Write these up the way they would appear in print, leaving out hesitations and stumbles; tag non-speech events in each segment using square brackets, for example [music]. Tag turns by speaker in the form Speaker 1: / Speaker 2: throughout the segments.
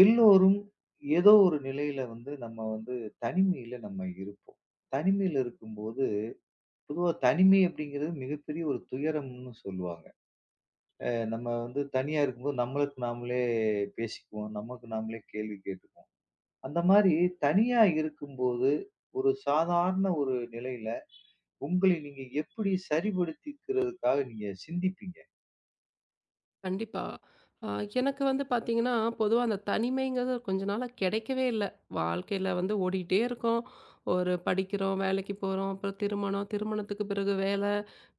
Speaker 1: எல்லோரும் ஏதோ ஒரு நிலையில வந்து நம்ம வந்து தனிமையில நம்ம இருப்போம். தனிமையில இருக்கும்போது, பொதுவா தனிமை அப்படிங்கிறது மிகப்பெரிய ஒரு துயரம்னு சொல்லுவாங்க. அ நம்ம வந்து தனியா இருக்கும்போது நம்மளுக்கு நாமளே பேசிக்குவோம். நமக்கு நாமளே கேள்வி கேட்டுக்குவோம். அந்த மாரி தனியா இருக்கும்போது, ஒரு சாதாரண ஒரு நிலையில உங்களை நீங்க எப்படி சரிப்படுத்திக்கிறதுக்காக நீங்க சிந்திப்பீங்க?
Speaker 2: கண்டிப்பா. அ எனக்கு வந்து பார்த்தீங்கன்னா, பொதுவா அந்த தனிமைங்கிறது கொஞ்ச நாளா கிடைக்கவே இல்ல. வாழ்க்கையில வந்து ஓடிக்கிட்டே இருக்கோம். ஒரு படிக்கிறோம், வேலைக்கு போறோம், அப்புறம் திருமணம், திருமணத்துக்கு பிறகு வேலை,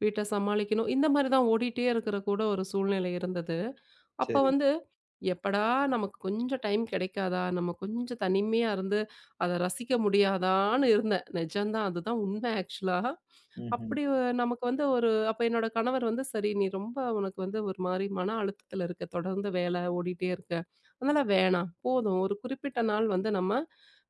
Speaker 2: வீட்ட சமாளிக்கணும். இந்த மாரி தான் ஓடிட்டே இருக்கிற கூட ஒரு சூழ்நிலை இருந்தது. அப்ப
Speaker 1: சரி.
Speaker 2: வந்து எப்படா நமக்கு கொஞ்சம் டைம் கிடைக்காதா? நம்ம கொஞ்சம் தனிமையா இருந்து அத ரசிக்க முடியாதான்னு இருந்தேன். நிஜம்தான். அதுதான் உண்மை ஆக்சுவலா.
Speaker 1: ம்ஹ்ம்.
Speaker 2: நமக்கு வந்து ஒரு அப்ப என்னோட கணவர் வந்து, "சரி நீ ரொம்ப உனக்கு வந்து ஒரு மாரி மன அழுத்தத்துல இருக்க. தொடர்ந்து வேலை ஓடிட்டே இருக்க. அதனால வேணாம். போதும். ஒரு குறிப்பிட்ட நாள் வந்து நம்ம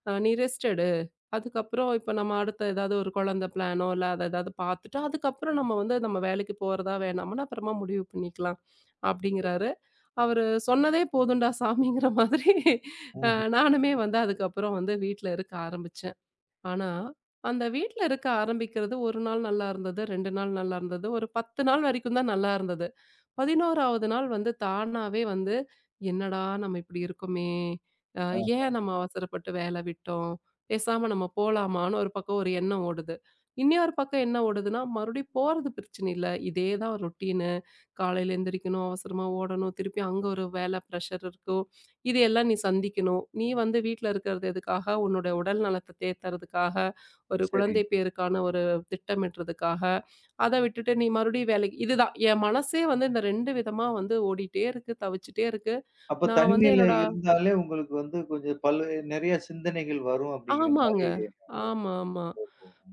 Speaker 2: நீ ரெஸ்ட் எடு. அதுக்கப்புறம் இப்ப நம்ம அடுத்த ஏதாவது ஒரு குழந்தை பிளானோ, இல்ல அத ஏதாவது பார்த்துட்டு, அதுக்கப்புறம் நம்ம வந்து நம்ம வேலைக்கு போறதா வேணாமான்னு அப்புறமா முடிவு பண்ணிக்கலாம்." அப்படிங்கிறாரு. அவரு சொன்னதே போதும்டா சாமிங்கிற மாதிரி அ
Speaker 1: ம்ஹ்ம்.
Speaker 2: நானுமே வந்து அதுக்கப்புறம் வந்து வீட்ல இருக்க ஆரம்பிச்சேன். ஆனா, அந்த வீட்ல இருக்க ஆரம்பிக்கிறது 1 நாள் நல்லா இருந்தது, 2 நாள் நல்லா இருந்தது. ஒரு 10 நாள் வரைக்கும் தான் நல்லா இருந்தது. 11வது நாள் வந்து தானாவே வந்து, "என்னடா நம்ம இப்படி இருக்கோமே! அ
Speaker 1: ஆ.
Speaker 2: ஏன் நம்ம அவசரப்பட்டு வேல விட்டோம்? பேசாம நம்ம போலாமான்னு" ஒரு பக்கம் ஒரு எண்ணம் ஓடுது. இன்னொரு பக்கம் என்ன ஓடுதுன்னா, மறுபடியும் போறது பிரச்சனை இல்ல. இதே தான் ரொட்டீனு. காலையில எந்திரிக்கணும், அவசரமா ஓடணும், திருப்பி அங்க ஒரு வேல ப்ரெஷர் இருக்கும். இது எல்லாம் நீ சந்திக்கணும். நீ வந்து வீட்ல இருக்கிறது எதுக்காக? உன்னுடைய உடல் நலத்த தேத்துறதுக்காக, ஒரு
Speaker 1: சரி.
Speaker 2: குழந்தை பேருக்கான ஒரு திட்டமிடுறதுக்காக. அத விட்டுட்டு நீ மறுபடியும் வேலைக்கு இதுதான். என் மனசே வந்து இந்த 2 விதமா வந்து ஓடிட்டே இருக்கு, தவிச்சுட்டே இருக்கு.
Speaker 1: அப்ப
Speaker 2: நான் வந்து
Speaker 1: தனிமையில
Speaker 2: என்னோட
Speaker 1: இருந்தாலே உங்களுக்கு வந்து கொஞ்சம் பல நெறைய சிந்தனைகள் வரும் அப்படிங்கிற மாரி
Speaker 2: ஆமாங்க.
Speaker 1: இருக்கும்.
Speaker 2: ஆமா, ஆமா.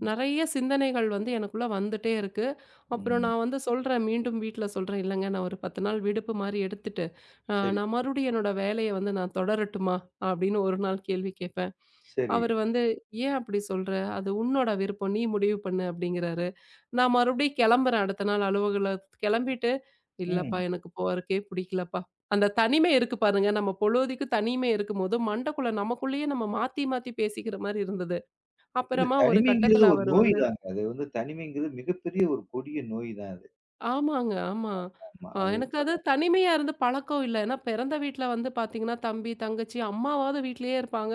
Speaker 2: நெறைய சிந்தனைகள் வந்து எனக்குள்ள வந்துட்டே இருக்கு. அப்புறம்
Speaker 1: ம்.
Speaker 2: நான் வந்து சொல்றேன், மீண்டும் வீட்ல சொல்றேன், "இல்லங்க நான் ஒரு 10 நாள் விடுப்பு மாரி எடுத்துட்டு,
Speaker 1: சரி,
Speaker 2: நான் மறுபடியும் என்னோட வேலைய வந்து நான் தொடரட்டுமா?" அப்படின்னு ஒரு நாள் கேள்வி கேட்பேன்.
Speaker 1: சரி.
Speaker 2: அவரு வந்து, "ஏன் அப்படி சொல்ற? அது உன்னோட விருப்பம். நீ முடிவு பண்ணு" அப்படிங்கிறாரு. நான் மறுபடியும் கெளம்புறேன் அடுத்த நாள் அலுவலகத்துக்கு கெளம்பிட்டு, "இல்லப்பா
Speaker 1: ம்.
Speaker 2: எனக்கு போறக்கே புடிக்கலப்பா." அந்த தனிமை இருக்கு பாருங்க. நம்ம பொழுதிக்கு தனிமை இருக்கும்போது, மண்டக்குள்ள நமக்குள்ளேயே நம்ம மாத்தி மாத்தி பேசிக்கிற மாரி இருந்தது.
Speaker 1: இல்ல
Speaker 2: அப்புறமா ஒரு
Speaker 1: தனிமைங்கிறது
Speaker 2: கட்டத்துல
Speaker 1: ஒரு
Speaker 2: அவரு
Speaker 1: நோய்
Speaker 2: வந்து
Speaker 1: தாங்க. அது வந்து தனிமைங்கிறது மிகப்பெரிய ஒரு கொடிய நோய் தான் அது.
Speaker 2: ஆமாங்க, ஆமா.
Speaker 1: ஆமா. அது
Speaker 2: எனக்கு அது
Speaker 1: உண்மதான்.
Speaker 2: தனிமையா இருந்து பழக்கம் இல்ல. ஏன்னா பிறந்த வீட்ல வந்து பார்த்தீங்கன்னா, தம்பி, தங்கச்சி, அம்மாவாவது வீட்லயே இருப்பாங்க.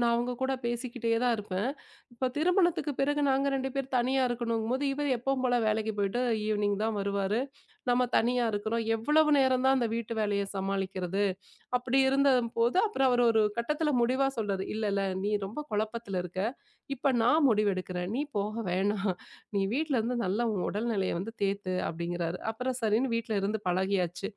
Speaker 2: நான் அவங்க கூட பேசிக்கிட்டே தான் இருப்பேன். இப்ப திருமணத்துக்கு பிறகு நாங்க 2 பேர் தனியா இருக்கணுங்கும்போது, இவர் எப்பவும் போல வேலைக்கு போயிட்டு ஈவினிங் தான் வருவாரு. நம்ம தனியா இருக்கிறோம். எவ்வளவு நேரம் தான் அந்த வீட்டு வேலைய சமாளிக்கிறது? அப்படி இருந்தபோது அப்புறம் அவரு ஒரு கட்டத்தில முடிவா சொல்றாரு. "இல்ல, இல்ல நீ ரொம்ப குழப்பத்தில இருக்க. இப்ப நான் முடிவெடுக்கிறேன். நீ போக வேணாம். நீ வீட்ல இருந்து நல்லா உன் உடல்நிலைய வந்து தேத்து" அப்படிங்கிறாரு. அப்புறம் சரின்னு வீட்ல இருந்து பழகியாச்சு.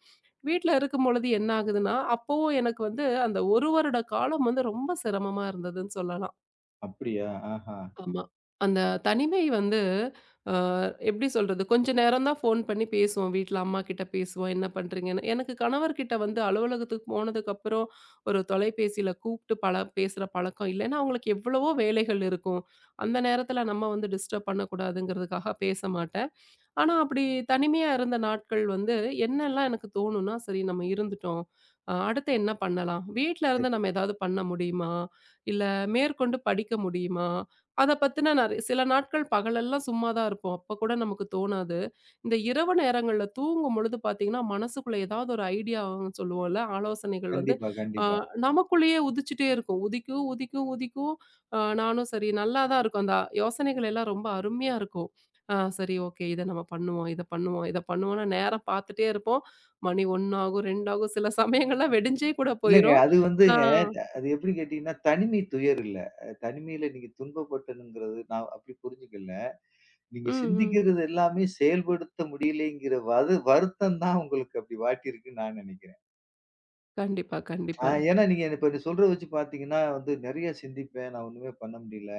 Speaker 2: வீட்ல இருக்கும்பொழுது என்ன ஆகுதுன்னா, அப்பவும் எனக்கு வந்து அந்த 1 வருட காலம் வந்து ரொம்ப சிரமமா இருந்ததுன்னு சொல்லலாம்.
Speaker 1: அப்படியா? ஆஹா.
Speaker 2: ஆமா. அந்த தனிமை வந்து அ எப்படி சொல்றது? கொஞ்ச நேரம் தான் ஃபோன் பண்ணி பேசுவோம். வீட்ல அம்மாகிட்ட பேசுவோம். என்ன பண்றீங்கன்னு. எனக்கு கணவர்கிட்ட வந்து அலுவலகத்துக்கு போனதுக்கப்புறம் ஒரு தொலைபேசியில கூப்பிட்டு பல பேசுற பழக்கம் இல்ல. ஏன்னா, அவங்களுக்கு எவ்வளவோ வேலைகள் இருக்கும். அந்த நேரத்தில நம்ம வந்து டிஸ்டர்ப் பண்ணக்கூடாதுங்கிறதுக்காக பேச மாட்டேன். ஆனா, அப்படி தனிமையா இருந்த நாட்கள் வந்து என்னெல்லாம் எனக்கு தோணும்னா, சரி நம்ம இருந்துட்டோம். அடுத்து என்ன பண்ணலாம்? வீட்ல இருந்து
Speaker 1: சரி.
Speaker 2: நம்ம ஏதாவது பண்ண முடியுமா? இல்ல மேற்கொண்டு படிக்க முடியுமா? அத பத்தின நெறை சில நாட்கள் பகலெல்லாம் சும்மா தான் இருப்போம். அப்ப கூட நமக்கு தோணாது. இந்த இரவு நேரங்கள்ல தூங்கும் பொழுது பார்த்தீங்கன்னா, மனசுக்குள்ள ஏதாவது ஒரு ஐடியா சொல்லுவோம்ல, ஆலோசனைகள் வந்து
Speaker 1: கண்டிப்பா,
Speaker 2: அ
Speaker 1: கண்டிப்பா.
Speaker 2: நமக்குள்ளேயே உதிச்சுட்டே இருக்கும். உதிக்கும், உதிக்கும், உதிக்கும். நானும் சரி நல்லா தான் இருக்கும். அந்த யோசனைகள் எல்லாம் ரொம்ப அருமையா இருக்கும். ஆ சரி ஓகே. இத நம்ம பண்ணுவோம், இத பண்ணுவோம், இத பண்ணுவோம்ன்னு நேரம் பார்த்துட்டே இருப்போம். மணி 1 ஆகும், 2 ஆகும். சில சமயங்கள்ல வெடிஞ்சே கூட
Speaker 1: இல்லங்க
Speaker 2: போயிரும்.
Speaker 1: அது
Speaker 2: ஆ.
Speaker 1: வந்துங்க. அது எப்படி கேட்டீங்கன்னா, தனிமை துயர் இல்ல. தனிமையில நீங்க துன்பப்பட்டணுங்கிறது நான் அப்படி புரிஞ்சுக்கல. நீங்க
Speaker 2: ம், ம்.
Speaker 1: சிந்திக்கிறது எல்லாமே செயல்படுத்த முடியலைங்கிற வது வருத்தம் தான் உங்களுக்கு அப்படி வாட்டியிருக்குன்னு நான் நெனைக்கிறேன்.
Speaker 2: கண்டிப்பா, கண்டிப்பா.
Speaker 1: ஏன்னா நீங்க இப்ப நீ சொல்றத வச்சு பார்த்தீங்கன்னா வந்து நெறைய சிந்திப்பேன். நான் ஒண்ணுமே பண்ண முடியல.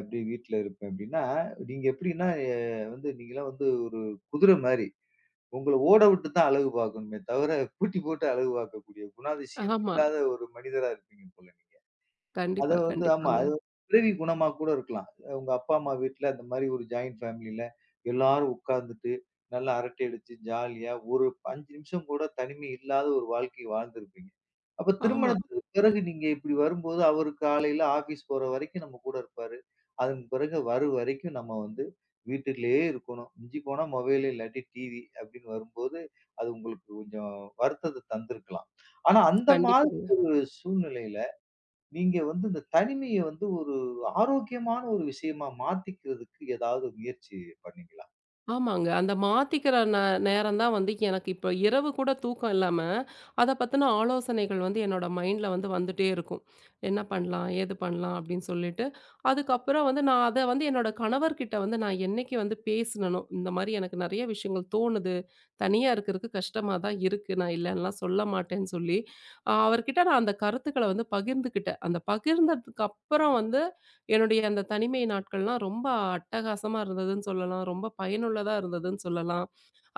Speaker 1: அப்படி வீட்ல இருப்பேன் அப்படின்னா, நீங்க எப்படின்னா வந்து நீங்கலாம் வந்து ஒரு குதிரை மாரி. உங்கள ஓட விட்டு தான் அழகு பார்க்கணுமே தவிர, பூட்டி போட்டு அழகு பார்க்கக்கூடிய குணாதிசயம்
Speaker 2: ஆமா.
Speaker 1: இல்லாத ஒரு மனிதரா இருப்பீங்க போல. அத
Speaker 2: கண்டிப்பா,
Speaker 1: வந்து ஆமா. அது
Speaker 2: கண்டிப்பாங்க.
Speaker 1: பிறவி குணமா கூட இருக்கலாம். உங்க அப்பா, அம்மா வீட்ல அந்த மாரி ஒரு ஜாயிண்ட் ஃபேமிலில எல்லாரும் உட்கார்ந்துட்டு, நல்லா அரட்டை அடிச்சு ஜாலியா ஒரு 5 நிமிஷம் கூட தனிமை இல்லாத ஒரு வாழ்க்கை வாழ்ந்திருப்பீங்க. அப்ப
Speaker 2: ஆமா.
Speaker 1: திருமணத்துக்கு பிறகு நீங்க இப்படி வரும்போது, அவரு காலையில ஆஃபீஸ் போற வரைக்கும் நம்ம கூட இருப்பாரு. அதன் பிறகு வரும் வரைக்கும் நம்ம வந்து வீட்டுக்குள்ளேயே இருக்கணும். மிஞ்சி போனா மொபைலு இல்லாட்டி டிவி அப்படின்னு வரும்போது, அது உங்களுக்கு கொஞ்சம் வருத்தத்த தந்திருக்கலாம். ஆனா அந்த மாதிரி
Speaker 2: கண்டிப்பா.
Speaker 1: ஒரு சூழ்நிலையில நீங்க வந்து இந்த தனிமைய வந்து ஒரு ஆரோக்கியமான ஒரு விஷயமா மாத்திக்கிறதுக்கு ஏதாவது முயற்சி பண்ணீங்களா?
Speaker 2: ஆமாங்க. அந்த மாத்திக்கிற நேரம் தான் வந்து எனக்கு இப்போ இரவு கூட தூக்கம் இல்லாம, அத பத்தின ஆலோசனைகள் வந்து என்னோட மைண்ட்ல வந்து வந்துட்டே இருக்கும். என்ன பண்ணலாம்? ஏது பண்ணலாம்? அப்படின்னு சொல்லிட்டு, அதுக்கப்புறம் வந்து நான் அத வந்து என்னோட கணவர்கிட்ட வந்து நான் என்னைக்கு வந்து பேசுனனோ, இந்த மாரி எனக்கு நெறைய விஷயங்கள் தோணுது. தனியா இருக்கிறதுக்கு கஷ்டமா தான் இருக்கு. நான் இல்லன்னுலாம் சொல்ல மாட்டேன்னு சொல்லி, அவர்கிட்ட நான் அந்த கருத்துக்கள வந்து பகிர்ந்துக்கிட்டேன். அந்த பகிர்ந்ததுக்கு அப்புறம் வந்து என்னுடைய அந்த தனிமை நாட்கள்லாம் ரொம்ப அட்டகாசமா இருந்ததுன்னு சொல்லலாம். ரொம்ப பயனுள்ளதா இருந்ததுன்னு சொல்லலாம்.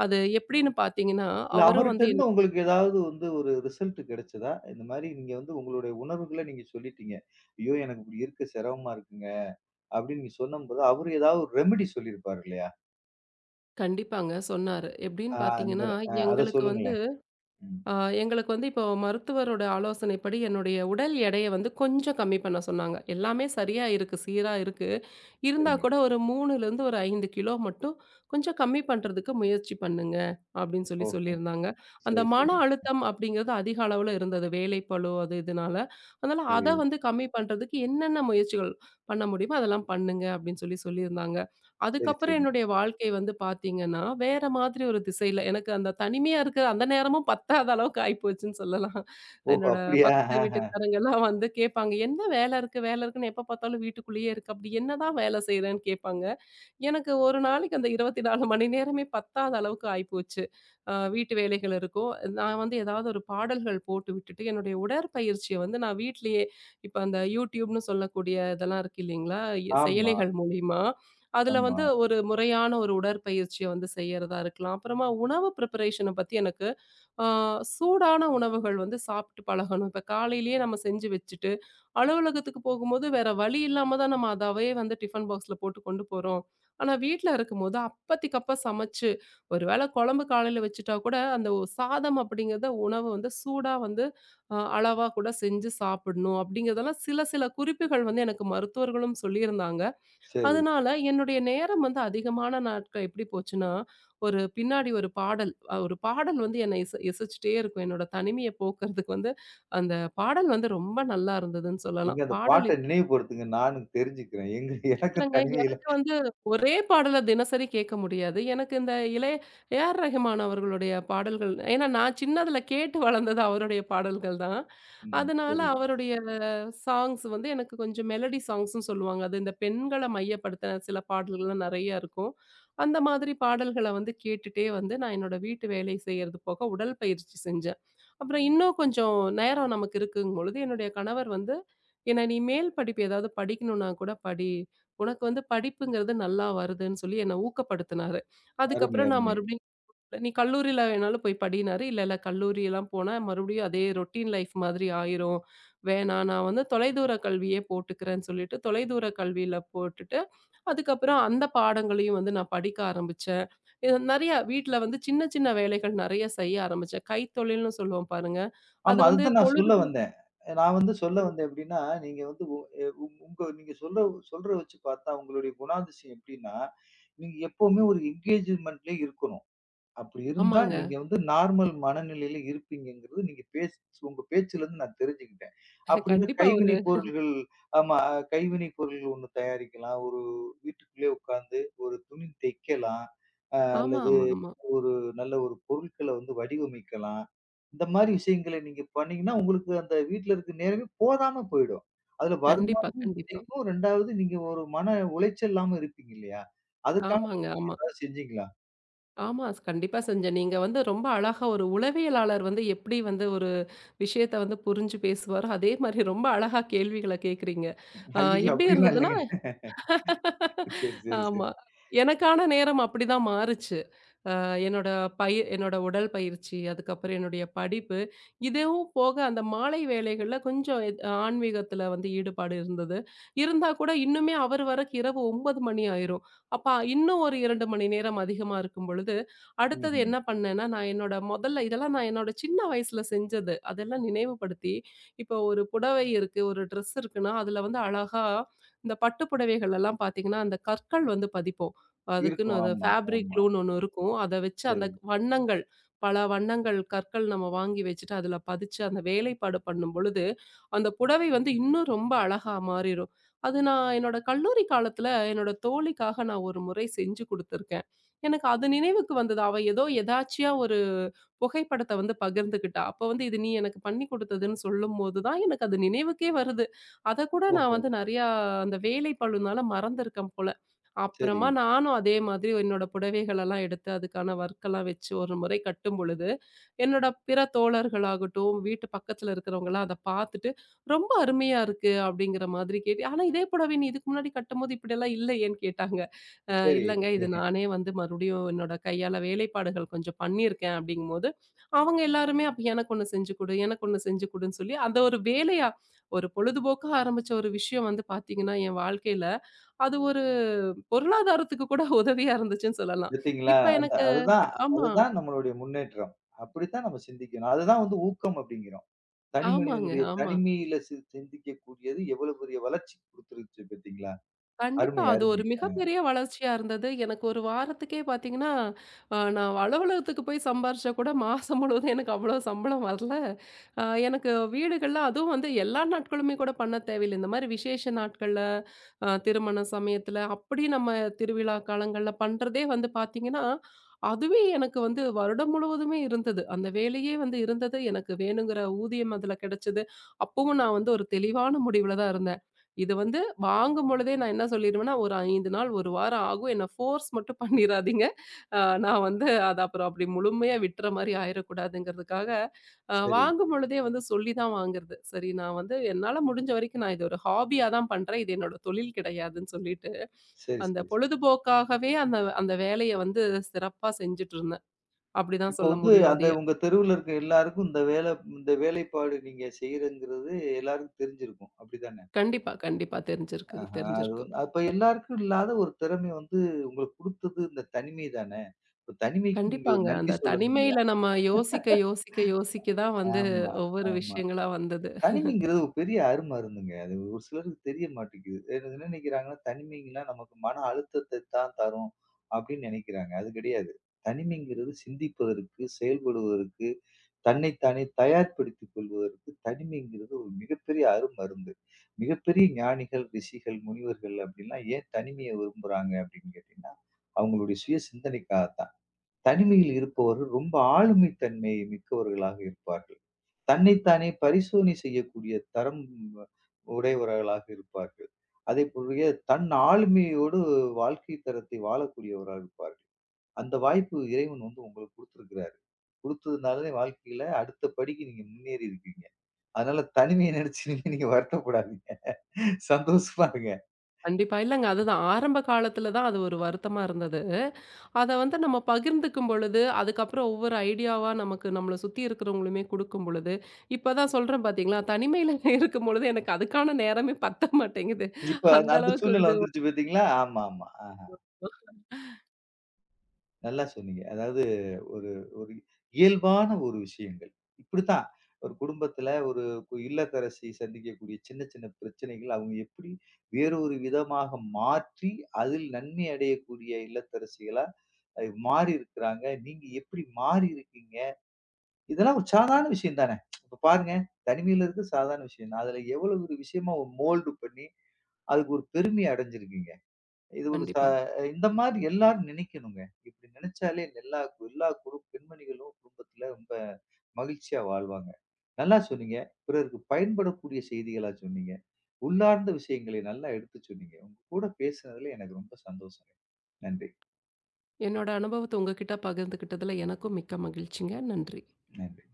Speaker 2: அது எப்படின்னு பார்த்தீங்கன்னா,
Speaker 1: இல்ல
Speaker 2: அவரும்
Speaker 1: அவர்ட்ட
Speaker 2: வந்து
Speaker 1: இருந்து உங்களுக்கு ஏதாவது வந்து ஒரு ரிசல்ட் கிடைச்சதா? இந்த மாரி நீங்க வந்து உங்களுடைய உணர்வுகள நீங்க சொல்லிட்டீங்க. "ஐயோ! எனக்கு இப்படி இருக்க சிரமமா இருக்குங்க." அப்படின்னு நீங்க சொன்னம்போது, அவரு ஏதாவது ஒரு ரெமெடி சொல்லியிருப்பாரு இல்லையா?
Speaker 2: கண்டிப்பாங்க சொன்னாரு. எப்படின்னு
Speaker 1: அந்த
Speaker 2: பார்த்தீங்கன்னா,
Speaker 1: அத
Speaker 2: எங்களுக்கு வந்து
Speaker 1: சொல்லுங்களேன். ம்.
Speaker 2: அ எங்களுக்கு வந்து இப்போ மருத்துவரோட ஆலோசனைப்படி என்னுடைய உடல் எடைய வந்து கொஞ்சம் கம்மி பண்ண சொன்னாங்க. எல்லாமே சரியா இருக்கு, சீரா இருக்கு. இருந்தா
Speaker 1: சரிங்க.
Speaker 2: கூட ஒரு 3லேருந்து ஒரு 5 கிலோ மட்டும் கொஞ்சம் கம்மி பண்றதுக்கு முயற்சி பண்ணுங்க அப்படின்னு சொல்லி
Speaker 1: ஓஹோ!
Speaker 2: சொல்லியிருந்தாங்க. அந்த
Speaker 1: சரி,
Speaker 2: மன
Speaker 1: சரி.
Speaker 2: அழுத்தம் அப்படிங்கிறது அதிக அளவுல இருந்தது. வேலைப்பளு அது இதுனால. அதனால
Speaker 1: சரி.
Speaker 2: அத வந்து கம்மி பண்றதுக்கு என்னென்ன முயற்சிகள் பண்ண முடியுமோ அதெல்லாம் பண்ணுங்க அப்படின்னு சொல்லி சொல்லியிருந்தாங்க.
Speaker 1: சரி, சரி.
Speaker 2: அதுக்கப்புறம் என்னுடைய வாழ்க்கை வந்து பார்த்தீங்கன்னா, வேற மாதிரி ஒரு திசையில எனக்கு அந்த தனிமையா இருக்கிற அந்த நேரமும் பத்தாத அளவுக்கு ஆயிப்போச்சுன்னு சொல்லலாம்.
Speaker 1: ஓஹோ!
Speaker 2: என்னோட
Speaker 1: அப்படியா?
Speaker 2: பக்கத்து
Speaker 1: ஆஹ.
Speaker 2: வீட்டுக்காரங்கலாம் வந்து கேட்பாங்க, "என்ன வேலை இருக்கு, வேலை இருக்குன்னு எப்ப பார்த்தாலும் வீட்டுக்குள்ளேயே இருக்க. அப்படி என்னதான் வேலை செய்றேன்னு?" கேட்பாங்க. எனக்கு ஒரு நாளைக்கு அந்த 24 மணி நேரமே பத்தாத அளவுக்கு ஆயிப்போச்சு. வீட்டு வேலைகள் இருக்கும். நான் வந்து ஏதாவது ஒரு பாடல்கள் போட்டு விட்டுட்டு, என்னுடைய உடற்பயிற்சிய வந்து நான் வீட்லயே இப்ப அந்த YouTubeன்னு சொல்லக்கூடிய இதெல்லாம் இருக்கு இல்லைங்களா?
Speaker 1: ஆமா,
Speaker 2: செயலிகள் மூலியமா, அதுல
Speaker 1: ஆமா.
Speaker 2: வந்து ஒரு முறையான ஒரு உடற்பயிற்சிய வந்து செய்யறதா இருக்கலாம். அப்புறமா உணவு ப்ரிப்பரேஷன பத்தி எனக்கு ஆ, சூடான உணவுகள் வந்து சாப்பிட்டு பழகணும். இப்ப காலையிலேயே நம்ம செஞ்சு வச்சுட்டு, அலுவலகத்துக்கு போகும்போது வேற வழி இல்லாம தான் நம்ம அதவே வந்து டிஃபன் பாக்ஸ்ல போட்டு கொண்டு போறோம். ஆனா வீட்ல இருக்கும்போது அப்பத்திக்கப்ப சமைச்சு, ஒரு வேள குழம்பு காலையில வச்சுட்டா கூட, அந்த சாதம் அப்படிங்கிறத உணவு வந்து சூடா வந்து அளவா கூட செஞ்சு சாப்பிடணும். அப்படிங்கிறதெல்லாம் சில சில குறிப்புகள் வந்து எனக்கு மருத்துவர்களும் சொல்லியிருந்தாங்க.
Speaker 1: சரி.
Speaker 2: அதனால என்னுடைய நேரம் வந்து அதிகமான நாட்கள் எப்படி போச்சுன்னா, ஒரு பின்னாடி ஒரு பாடல் ஒரு பாடல் வந்து என்னை இசைச்சுட்டே இருக்கும். என்னோட தனிமைய போக்குறதுக்கு வந்து, அந்த பாடல் வந்து ரொம்ப நல்லா இருந்ததுன்னு
Speaker 1: நீங்க
Speaker 2: சொல்லலாம்.
Speaker 1: அந்த
Speaker 2: பாடல்
Speaker 1: பாட்ட நினைவுபடுத்துங்க. நானும் தெரிஞ்சுக்கிறேன். எனக்கும்
Speaker 2: இல்லங்க.
Speaker 1: தனிமையில
Speaker 2: எனக்கு வந்து ஒரே பாடல தினசரி கேட்க முடியாது. எனக்கு இந்த இளைய A.R. ரஹ்மான் அவர்களுடைய பாடல்கள் ஏன்னா நான் சின்னதுல கேட்டு வளர்ந்தது அவருடைய பாடல்கள் தான்.
Speaker 1: ம்.
Speaker 2: அதனால
Speaker 1: சரி.
Speaker 2: அவருடைய சாங்ஸ் வந்து எனக்கு கொஞ்சம் மெலடி சாங்ஸ்ன்னு சொல்லுவாங்க. அது இந்த பெண்கள மையப்படுத்தின சில பாடல்கள்லாம் நெறைய இருக்கும். அந்த மாதிரி பாடல்கள வந்து கேட்டுட்டே வந்து நான் என்னோட வீட்டு வேலை செய்யறது போக உடல் பயிற்சி செஞ்சேன். அப்புறம் இன்னும் கொஞ்சம் நேரம் நமக்கு இருக்குங்கும்பொழுது என்னுடைய கணவர் வந்து, "என்ன நீ மேல் படிப்பு ஏதாவது படிக்கணும்னா கூட படி." உனக்கு வந்து படிப்புங்கிறது நல்லா வருதுன்னு சொல்லி என்ன ஊக்கப்படுத்தினாரு.
Speaker 1: அருமை,
Speaker 2: அதுக்கப்புறம் நான்
Speaker 1: அருமை.
Speaker 2: மறுபடியும் நீ கல்லூரியில வேணாலும் போய் படின்னாரு. இல்ல, இல்ல கல்லூரியெல்லாம் போனா மறுபடியும் அதே ரொட்டீன் லைஃப் மாதிரி ஆயிரும். வேணாம் நான் வந்து தொலைதூர கல்வியே போட்டுக்கிறேன்னு சொல்லிட்டு தொலைதூர கல்வியில போட்டுட்டு, அதுக்கப்புறம் அந்த பாடங்களையும் வந்து நான் படிக்க ஆரம்பிச்சேன். இது நெறைய வீட்ல வந்து சின்ன சின்ன வேலைகள் நெறைய செய்ய ஆரம்பிச்சேன். கைத்தொழில்னு சொல்லுவோம் பாருங்க.
Speaker 1: ஆமா.
Speaker 2: அது வந்து
Speaker 1: அதத்தான் நான்
Speaker 2: பொழுது
Speaker 1: சொல்ல வந்தேன். நான் வந்து சொல்ல வந்தேன் எப்படின்னா, நீங்க வந்து உ எ உங் உங்க நீங்க சொல்ற சொல்ற வச்சு பார்த்தா உங்களுடைய குணாதிசயம் எப்படின்னா, நீங்க எப்பவுமே ஒரு என்கேஜ்மென்ட்லயே இருக்கணும். அப்படி இருந்தா
Speaker 2: ஆமாங்க.
Speaker 1: நீங்க வந்து நார்மல் மனநிலையில இருப்பீங்கங்கிறது நீங்க பேச் உங்க பேச்சிலருந்து நான் தெரிஞ்சுக்கிட்டேன். அப்படின்னு
Speaker 2: கண்டிப்பா ஒரு
Speaker 1: கைவினை பொருள்கள் ஆமா. கைவினை பொருள்கள் ஒண்ணு தயாரிக்கலாம். ஒரு வீட்டுக்குள்ளே உட்கார்ந்து ஒரு துணி தைக்கலாம்.
Speaker 2: ஆமா,
Speaker 1: அல்லது
Speaker 2: ஆமா, ஆமா.
Speaker 1: ஒரு நல்ல ஒரு பொருட்கள வந்து வடிவமைக்கலாம். இந்த மாரி விஷயங்கள நீங்க பண்ணீங்கன்னா, உங்களுக்கு அந்த வீட்ல இருக்க நேரமே போதாம போயிடும். அதுல
Speaker 2: கண்டிப்பா,
Speaker 1: வருமானமும்
Speaker 2: கண்டிப்பா.
Speaker 1: கிடைக்கும். 2வது நீங்க ஒரு மன உளைச்சல் இல்லாம இருப்பீங்க இல்லையா? அதுக்கான
Speaker 2: ஆமாங்க,
Speaker 1: முயற்சி
Speaker 2: ஆமா.
Speaker 1: ஏதாவது செஞ்சீங்களா?
Speaker 2: ஆமா. கண்டிப்பா செஞ்சேன். நீங்க வந்து ரொம்ப அழகா ஒரு உளவியலாளர் வந்து எப்படி வந்து ஒரு விஷயத்த வந்து புரிஞ்சு பேசுவாரோ, அதே மாரி ரொம்ப அழகா கேள்விகள கேட்குறீங்க. அ
Speaker 1: ஐய்யய்யோ!
Speaker 2: எப்படி
Speaker 1: அப்படிலாம்
Speaker 2: இருந்ததுன்னா
Speaker 1: இல்லைங்க.
Speaker 2: [laughs]
Speaker 1: சரி, சரி, சரி.
Speaker 2: ஆமா. எனக்கான நேரம் அப்படிதான் மாறுச்சு. என்னோட என்னோட உடல் பயிற்சி, அதுக்கப்புறம் என்னுடைய படிப்பு, இதுவும் போக அந்த மாலை வேளைகள்ல கொஞ்சம் ஆன்மீகத்தில வந்து ஈடுபாடு இருந்தது. இருந்தா கூட இன்னுமே அவர் வரக்கு இரவு 9 மணி ஆயிரும். அப்ப இன்னும் ஒரு 2 மணி நேரம் அதிகமா இருக்கும் பொழுது, அடுத்தது
Speaker 1: ம்ஹ்ம்.
Speaker 2: என்ன பண்ணேன்னா, நான் என்னோட முதல்ல இதெல்லாம் நான் என்னோட சின்ன வயசுல செஞ்சது. அதெல்லாம் நினைவுபடுத்தி, இப்போ ஒரு புடவை இருக்கு, ஒரு ட்ரெஸ் இருக்குன்னா, அதுல வந்து அழகா இந்த பட்டு புடவைகள் எல்லாம் பார்த்தீங்கன்னா, அந்த கற்கள் வந்து பதிப்போம். அதுக்குன்னு
Speaker 1: இருக்கும்.
Speaker 2: அது
Speaker 1: ஆமா,
Speaker 2: ஃபேப்ரிக்
Speaker 1: ஆமா.
Speaker 2: க்ளூன்னு ஒண்ணு இருக்கும். அத வச்சு அந்த
Speaker 1: சரி.
Speaker 2: வண்ணங்கள், பல வண்ணங்கள் கற்கள் நம்ம வாங்கி வச்சுட்டு, அதில பதிச்சு அந்த வேலைப்பாடு பண்ணும்பொழுது, அந்த புடவை வந்து இன்னும் ரொம்ப அழகா மாறிரும். அது நான் என்னோட கல்லூரி காலத்தில என்னோட தோழிக்காக நான் ஒரு முறை செஞ்சு குடுத்துருக்கேன். எனக்கு அது நினைவுக்கு வந்தது. அவ ஏதோ எதார்ச்சியா ஒரு புகைப்படத்த வந்து பகிர்ந்துக்கிட்டா. அப்ப வந்து இது நீ எனக்கு பண்ணி குடுத்ததுன்னு சொல்லும்போது தான் எனக்கு அது நினைவுக்கே வருது. அத கூட நான்
Speaker 1: ஓஹோ!
Speaker 2: வந்து நெறையா அந்த வேலைப்பளுனால மறந்திருக்கேன் போல.
Speaker 1: சரி,
Speaker 2: அப்புறமா நானும் அதே மாதிரி என்னோட புடவைகளெல்லாம் எடுத்து அதுக்கான ஒர்க்கெல்லாம் வச்சு ஒரு முறை கட்டும் பொழுது, என்னோட பிற தோழர்களாகட்டும், வீட்டு பக்கத்துல இருக்கிறவங்கலாம் அத பார்த்துட்டு, "ரொம்ப அருமையா இருக்கு" அப்படிங்கிற மாதிரி கேட்டு ஆனா இதே புடவை நீ இதுக்கு முன்னாடி கட்டும்போது இப்படியெல்லாம் இல்லையேன்னு கேட்டாங்க.
Speaker 1: சரி.
Speaker 2: இல்லங்க இது நானே வந்து மறுபடியும் என்னோட கையால வேலைப்பாடுகள் கொஞ்சம் பண்ணியிருக்கேன் அப்படிங்கும்போது, அவங்க எல்லாருமே அப்ப எனக்கு ஒண்ணு செஞ்சு கொடு, எனக்கு ஒண்ணு செஞ்சு கொடுன்னு சொல்லி, அந்த ஒரு வேலையா ஒரு பொழுதுபோக்கா ஆரம்பிச்ச ஒரு விஷயம் வந்து பார்த்தீங்கன்னா, என் வாழ்க்கையில அது ஒரு பொருளாதாரத்துக்கு கூட உதவியா இருந்துச்சுன்னு சொல்லலாம்.
Speaker 1: பாத்தீங்களா?
Speaker 2: இப்ப
Speaker 1: அந்த
Speaker 2: எனக்கு
Speaker 1: அதுதான்
Speaker 2: ஆமா.
Speaker 1: அதுதான் நம்மளுடைய முன்னேற்றம். அப்படித்தான் நம்ம சிந்திக்கணும். அதுதான் வந்து ஊக்கம் அப்படிங்கிறோம். தனி
Speaker 2: ஆமாங்க,
Speaker 1: மனிதனுடைய
Speaker 2: ஆமா.
Speaker 1: தனிமையில சிந்திக்கக்கூடியது எவ்வளவு பெரிய வளர்ச்சி குடுத்துருச்சு பாத்தீங்களா?
Speaker 2: கண்டிப்பா.
Speaker 1: அருமை,
Speaker 2: அது
Speaker 1: அருமை.
Speaker 2: ஒரு மிகப்பெரிய வளர்ச்சியா இருந்தது. எனக்கு ஒரு வாரத்துக்கே பார்த்தீங்கன்னா, நான் அலுவலகத்துக்கு போய் சம்பாரிச்சா கூட மாசம் முழுவதும் எனக்கு அவ்வளோ சம்பளம் வரல. அ எனக்கு வீடுகள்ல அதுவும் வந்து எல்லா நாட்களுமே கூட பண்ண தேவையில்ல. இந்த மாரி விசேஷ நாட்கள்ல, திருமண சமயத்துல, அப்படி நம்ம திருவிழா காலங்கள்ல பண்றதே வந்து பார்த்தீங்கன்னா, அதுவே எனக்கு வந்து வருடம் முழுவதுமே இருந்தது. அந்த வேலையே வந்து இருந்தது. எனக்கு வேணுங்கிற ஊதியம் அதுல கிடைச்சது. அப்பவும் நான் வந்து ஒரு தெளிவான முடிவுல தான் இருந்தேன். இது வந்து வாங்கும் பொழுதே நான் என்ன சொல்லிருவேன்னா, ஒரு 5 நாள், 1 வாரம் ஆகும். என்ன ஃபோர்ஸ் மட்டும் பண்ணிராதீங்க. நான் வந்து அத அப்புறம் அப்படி முழுமையா விட்டுற மாரி ஆயிறக்கூடாதுங்கிறதுக்காக,
Speaker 1: சரி,
Speaker 2: வாங்கும் பொழுதே வந்து சொல்லி தான் வாங்குறது. சரி நான் வந்து என்னால முடிஞ்ச வரைக்கும் நான் இது ஒரு ஹாபியா தான் பண்றேன். இது என்னோட தொழில் கிடையாதுன்னு சொல்லிட்டு,
Speaker 1: சரி,
Speaker 2: அந்த
Speaker 1: சரி, சரி.
Speaker 2: பொழுதுபோக்காகவே அந்த அந்த வேலைய வந்து சிறப்பா செஞ்சுட்டு இருந்தேன். அப்படிதான்
Speaker 1: இப்போ
Speaker 2: சொல்ல
Speaker 1: வந்து
Speaker 2: முடியும்
Speaker 1: அந்த
Speaker 2: அதைய.
Speaker 1: உங்க தெருவுல இருக்க எல்லாருக்கும் இந்த வேலைப்பாடு நீங்க செய்யறங்கிறது எல்லாருக்கும் தெரிஞ்சிருக்கும். அப்படித்தானே?
Speaker 2: கண்டிப்பா, கண்டிப்பா தெரிஞ்சிருக்கு
Speaker 1: ஆஹா. அது
Speaker 2: தெரிஞ்சிருக்கும்.
Speaker 1: வந்து அப்ப எல்லாருக்கும் இல்லாத ஒரு திறமை வந்து உங்களுக்கு குடுத்தது இந்த தனிமை தானே? இப்ப தனிமைக்கு நீங்க ஒரு
Speaker 2: கண்டிப்பாங்க.
Speaker 1: நன்றி
Speaker 2: அந்த
Speaker 1: சொல்லணும்ல.
Speaker 2: தனிமையில நம்ம யோசிக்க, யோசிக்க, யோசிக்க தான் வந்து
Speaker 1: ஆமா,
Speaker 2: ஒவ்வொரு
Speaker 1: ஆமா.
Speaker 2: விஷயங்களா வந்தது.
Speaker 1: தனிமைங்கிறது ஒரு பெரிய அரும அருந்துங்க. அது ஒரு சிலருக்கு தெரிய மாட்டேங்குது. என்ன என்ன நினைக்கிறாங்கன்னா, தனிமைன்னா நமக்கு மன அழுத்தத்த தான் தரும் அப்படின்னு நினைக்கிறாங்க. அது கிடையாது. தனிமைங்கிறது சிந்திப்பதற்கு, செயல்படுவதற்கு, தன்னைத்தானே தயார்படுத்திக் கொள்வதற்கு தனிமைங்கிறது ஒரு மிகப்பெரிய அரும் மருந்து. மிகப்பெரிய ஞானிகள், ரிஷிகள், முனிவர்கள் அப்படிலாம் ஏன் தனிமைய விரும்புறாங்க அப்படின்னு கேட்டீங்கன்னா, அவங்களுடைய சுய சிந்தனைக்காகத்தான். தனிமையில் இருப்பவர்கள் ரொம்ப ஆளுமை தன்மை மிக்கவர்களாக இருப்பார்கள். தன்னைத்தானே பரிசோதனை செய்யக்கூடிய தரம் உடையவர்களாக இருப்பார்கள். அதேபோலவே தன் ஆளுமையோடு வாழ்க்கை தரத்தை வாழக்கூடியவராக இருப்பார்கள். அந்த வாய்ப்பு இறைவன் வந்து உங்களுக்கு குடுத்திருக்கிறாரு. குடுத்ததுனாலதான் வாழ்க்கையில அடுத்த படிக்கு நீங்க முன்னேறி இருக்கீங்க. அதனால தனிமைய நினைச்சு நீங்க நீங்க வருத்தப்படாதீங்க. சந்தோஷமா இருங்க.
Speaker 2: கண்டிப்பா. இல்லங்க அதுதான். ஆரம்ப காலத்துல தான் அது ஒரு வருத்தமா இருந்தது. அத வந்து நம்ம பகிர்ந்துக்கும் பொழுது, அதுக்கப்புறம் ஒவ்வொரு ஐடியாவா நமக்கு நம்மள சுத்தி இருக்கிறவங்களுமே குடுக்கும் பொழுது, இப்ப தான் சொல்றேன் பார்த்தீங்களா, தனிமையில [laughs] இருக்கும் பொழுது எனக்கு அதுக்கான நேரமே பத்த மாட்டேங்குது.
Speaker 1: இப்ப அந்த
Speaker 2: அந்த
Speaker 1: அந்த
Speaker 2: அளவுக்கு
Speaker 1: சூழ்நிலை
Speaker 2: வந்து
Speaker 1: வந்துருச்சு பார்த்தீங்களா? ஆமா, ஆமா. ஆ. நல்லா சொன்னீங்க. அதாவது ஒரு ஒரு இயல்பான ஒரு விஷயங்கள். இப்படித்தான் ஒரு குடும்பத்துல ஒரு இல்லத்தரசி சந்திக்கக்கூடிய சின்ன சின்ன பிரச்சனைகள் அவங்க எப்படி வேறொரு விதமாக மாற்றி, அதில் நன்மை அடையக்கூடிய இல்லத்தரசிகளா மாறி இருக்கிறாங்க. நீங்க எப்படி மாறி இருக்கீங்க? இதெல்லாம் ஒரு சாதாரண விஷயம் தானே. இப்ப பாருங்க, தனிமையில இருக்கிறது சாதாரண விஷயம் தான். அதுல எவ்வளவு ஒரு விஷயமா ஒரு மோல்டு பண்ணி, அதுக்கு ஒரு பெருமை அடைஞ்சிருக்கீங்க. இது ஒரு ச
Speaker 2: கண்டிப்பா.
Speaker 1: இந்த மாரி எல்லாரும் நினைக்கணுங்க. இப்படி நினைச்சாலே எல்லா எல்லா குரு பெண்மணிகளும் குடும்பத்தில ரொம்ப மகிழ்ச்சியா வாழ்வாங்க. நல்லா சொன்னீங்க. பிறருக்கு பயன்படக்கூடிய செய்திகளா சொன்னீங்க. உள்ளார்ந்த விஷயங்களை நல்லா எடுத்து சொன்னீங்க. உங்க கூட பேசுனதுல எனக்கு ரொம்ப சந்தோஷங்க. நன்றி,
Speaker 2: என்னோட அனுபவத்த உங்ககிட்ட பகிர்ந்துக்கிட்டதுல எனக்கும் மிக்க மகிழ்ச்சிங்க. நன்றி.
Speaker 1: நன்றி.